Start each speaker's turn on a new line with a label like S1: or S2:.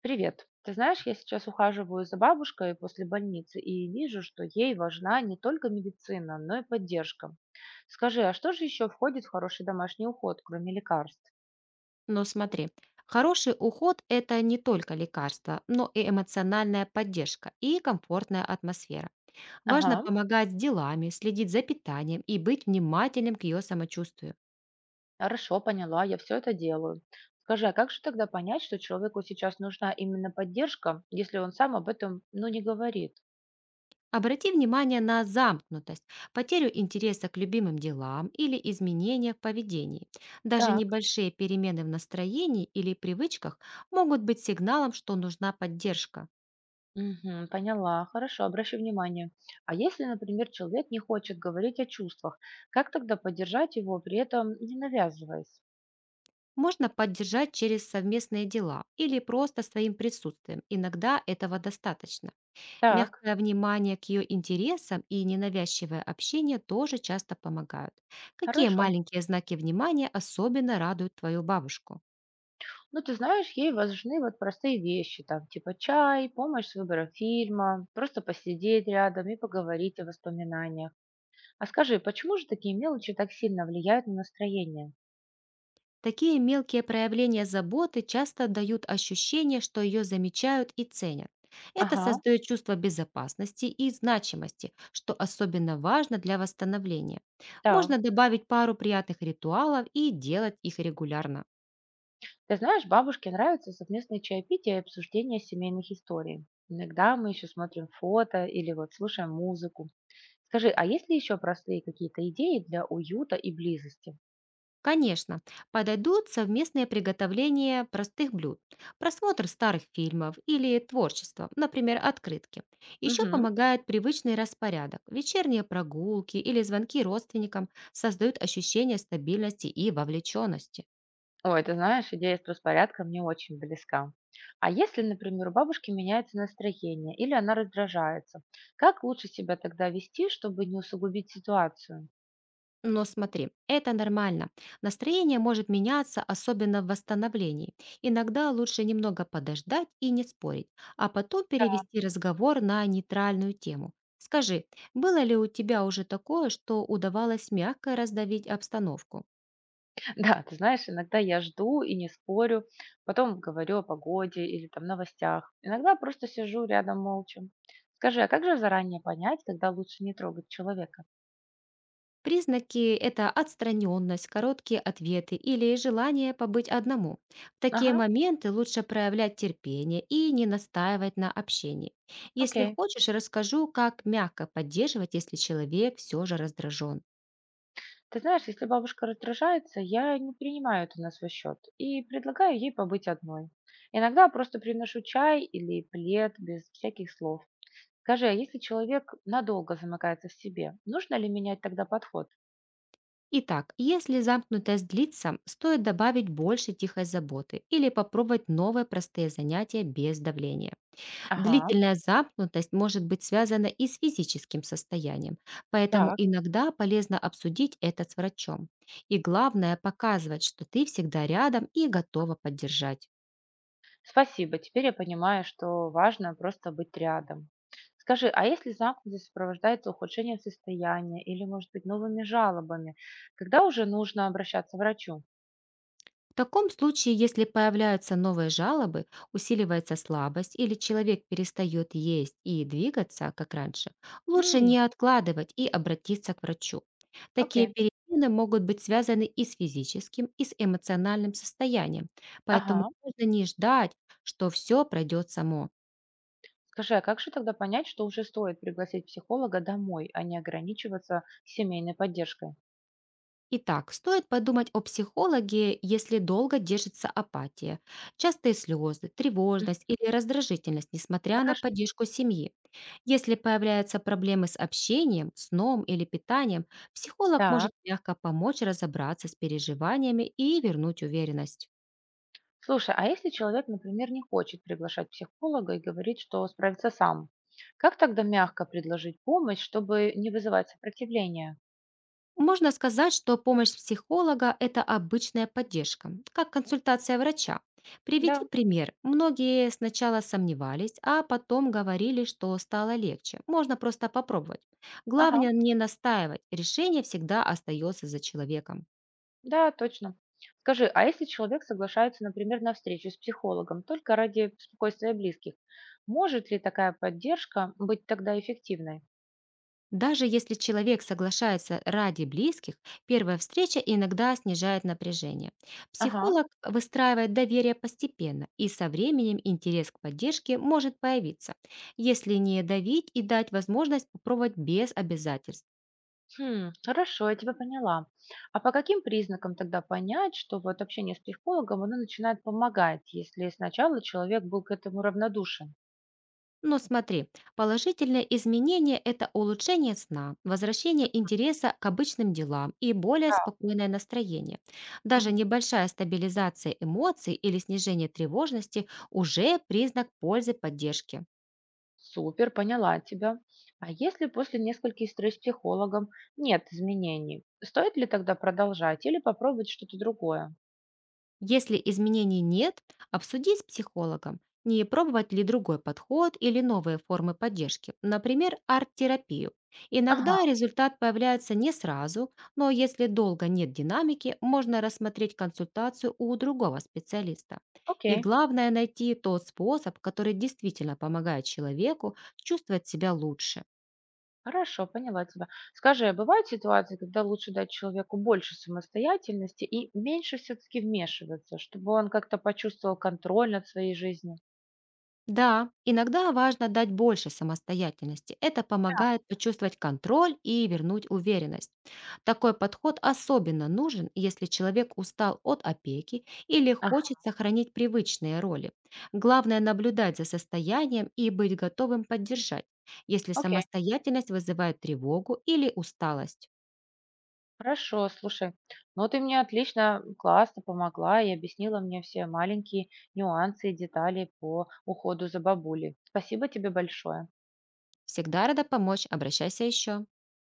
S1: Привет. Ты знаешь, я сейчас ухаживаю за бабушкой после больницы и вижу, что ей важна не только медицина, но и поддержка. Скажи, а что же еще входит в хороший домашний уход, кроме лекарств?
S2: Но смотри, хороший уход– это не только лекарство, но и эмоциональная поддержка и комфортная атмосфера. Важно
S1: Ага,
S2: помогать с делами, следить за питанием и быть внимательным к ее самочувствию.
S1: хорошо, поняла, я все это делаю. Скажи, а как же тогда понять, что человеку сейчас нужна именно поддержка, если он сам об этом, не говорит?
S2: Обрати внимание на замкнутость, потерю интереса к любимым делам или изменения в поведении. Даже
S1: Так,
S2: небольшие перемены в настроении или привычках могут быть сигналом, что нужна поддержка.
S1: мгм, поняла, хорошо, обращу внимание. А если, например, человек не хочет говорить о чувствах, как тогда поддержать его, при этом не навязываясь?
S2: Можно поддержать через совместные дела или просто своим присутствием. Иногда этого достаточно.
S1: Так,
S2: Мягкое внимание к ее интересам и ненавязчивое общение тоже часто помогают. Какие
S1: хорошо.
S2: маленькие знаки внимания особенно радуют твою бабушку?
S1: Ну, Ты знаешь, ей важны вот простые вещи, там, типа чай, помощь с выбором фильма, просто посидеть рядом и поговорить о воспоминаниях. А скажи, почему же такие мелочи так сильно влияют на настроение?
S2: Такие мелкие проявления заботы часто дают ощущение, что ее замечают и ценят. Это
S1: Ага,
S2: создает чувство безопасности и значимости, что особенно важно для восстановления.
S1: да.
S2: Можно добавить пару приятных ритуалов и делать их регулярно.
S1: Ты знаешь, бабушке нравятся совместные чаепития и обсуждение семейных историй. Иногда мы еще смотрим фото или вот слушаем музыку. Скажи, а есть ли еще простые какие-то идеи для уюта и близости?
S2: Конечно, подойдут совместное приготовление простых блюд, просмотр старых фильмов или творчество, например, открытки. Еще
S1: Угу.
S2: помогает привычный распорядок. Вечерние прогулки или звонки родственникам создают ощущение стабильности и вовлеченности.
S1: Ой, ты знаешь, идея с распорядком мне очень близка. А если, например, у бабушки меняется настроение или она раздражается, как лучше себя тогда вести, чтобы не усугубить ситуацию?
S2: Но смотри, это нормально. Настроение может меняться, особенно в восстановлении. Иногда лучше немного подождать и не спорить, а потом перевести разговор на нейтральную тему. Скажи, было ли у тебя уже такое, что удавалось мягко раздавить обстановку?
S1: Да, ты знаешь, иногда я жду и не спорю, потом говорю о погоде или там новостях. Иногда просто сижу рядом молча. Скажи, а как же заранее понять, когда лучше не трогать человека?
S2: Признаки– это отстраненность, короткие ответы или желание побыть одному. В такие
S1: Ага,
S2: моменты лучше проявлять терпение и не настаивать на общении. Если
S1: окей.
S2: хочешь, расскажу, как мягко поддерживать, если человек все же раздражен.
S1: Ты знаешь, если бабушка раздражается, я не принимаю это на свой счет и предлагаю ей побыть одной. Иногда просто приношу чай или плед без всяких слов. Скажи, а если человек надолго замыкается в себе, нужно ли менять тогда подход?
S2: Итак, если замкнутость длится, стоит добавить больше тихой заботы или попробовать новые простые занятия без давления.
S1: Ага,
S2: Длительная замкнутость может быть связана и с физическим состоянием, поэтому
S1: так,
S2: иногда полезно обсудить это с врачом. И главное– показывать, что ты всегда рядом и готова поддержать.
S1: спасибо. Теперь я понимаю, что важно просто быть рядом. Скажи, а если замкнутость сопровождается ухудшением состояния или, может быть, новыми жалобами, когда уже нужно обращаться к врачу?
S2: В таком случае, если появляются новые жалобы, усиливается слабость или человек перестает есть и двигаться, как раньше, лучше
S1: М,
S2: не откладывать и обратиться к врачу. Такие
S1: окей,
S2: перемены могут быть связаны и с физическим, и с эмоциональным состоянием, поэтому
S1: ага.
S2: нужно не ждать, что все пройдет само.
S1: Скажи, а как же тогда понять, что уже стоит пригласить психолога домой, а не ограничиваться семейной поддержкой?
S2: Итак, стоит подумать о психологе, если долго держится апатия, частые слезы,
S1: М,
S2: тревожность или раздражительность, несмотря на
S1: хорошо.
S2: поддержку семьи. Если появляются проблемы с общением, сном или питанием, психолог
S1: Так.
S2: может мягко помочь разобраться с переживаниями и вернуть уверенность.
S1: Слушай, а если человек, например, не хочет приглашать психолога и говорит, что справится сам, как тогда мягко предложить помощь, чтобы не вызывать сопротивления?
S2: Можно сказать, что помощь психолога– это обычная поддержка, как консультация врача. Приведи
S1: Да,
S2: пример. Многие сначала сомневались, а потом говорили, что стало легче. Можно просто попробовать.
S1: ага,
S2: Главное не настаивать. Решение всегда остается за человеком.
S1: да, точно. Скажи, а если человек соглашается, например, на встречу с психологом только ради спокойствия близких, может ли такая поддержка быть тогда эффективной?
S2: Даже если человек соглашается ради близких, первая встреча иногда снижает напряжение.
S1: Ага.
S2: Психолог выстраивает доверие постепенно, и со временем интерес к поддержке может появиться, если не давить и дать возможность попробовать без обязательств.
S1: Хм, хорошо, я тебя поняла. А по каким признакам тогда понять, что вот общение с психологом, оно начинает помогать, если сначала человек был к этому равнодушен?
S2: Но смотри, положительные изменения– это улучшение сна, возвращение интереса к обычным делам и более
S1: Да.
S2: спокойное настроение. Даже
S1: Мгм.
S2: небольшая стабилизация эмоций или снижение тревожности уже признак пользы поддержки.
S1: Супер, поняла тебя. А если после нескольких встреч с психологом нет изменений, стоит ли тогда продолжать или попробовать что-то другое?
S2: Если изменений нет, обсуди с психологом, не пробовать ли другой подход или новые формы поддержки, например, арт-терапию.
S1: Ага,
S2: Иногда результат появляется не сразу, но если долго нет динамики, можно рассмотреть консультацию у другого специалиста. И
S1: окей.
S2: главное найти тот способ, который действительно помогает человеку чувствовать себя лучше.
S1: Хорошо, поняла тебя. Скажи, а бывают ситуации, когда лучше дать человеку больше самостоятельности и меньше все-таки вмешиваться, чтобы он как-то почувствовал контроль над своей жизнью?
S2: Да, иногда важно дать больше самостоятельности. Это помогает почувствовать контроль и вернуть уверенность. Такой подход особенно нужен, если человек устал от опеки или
S1: А,
S2: хочет сохранить привычные роли. Главное наблюдать за состоянием и быть готовым поддержать, если
S1: окей,
S2: самостоятельность вызывает тревогу или усталость.
S1: хорошо, слушай. Ну, Ты мне отлично, классно помогла и объяснила мне все маленькие нюансы и детали по уходу за бабулей. Спасибо тебе большое.
S2: Всегда рада помочь, обращайся еще.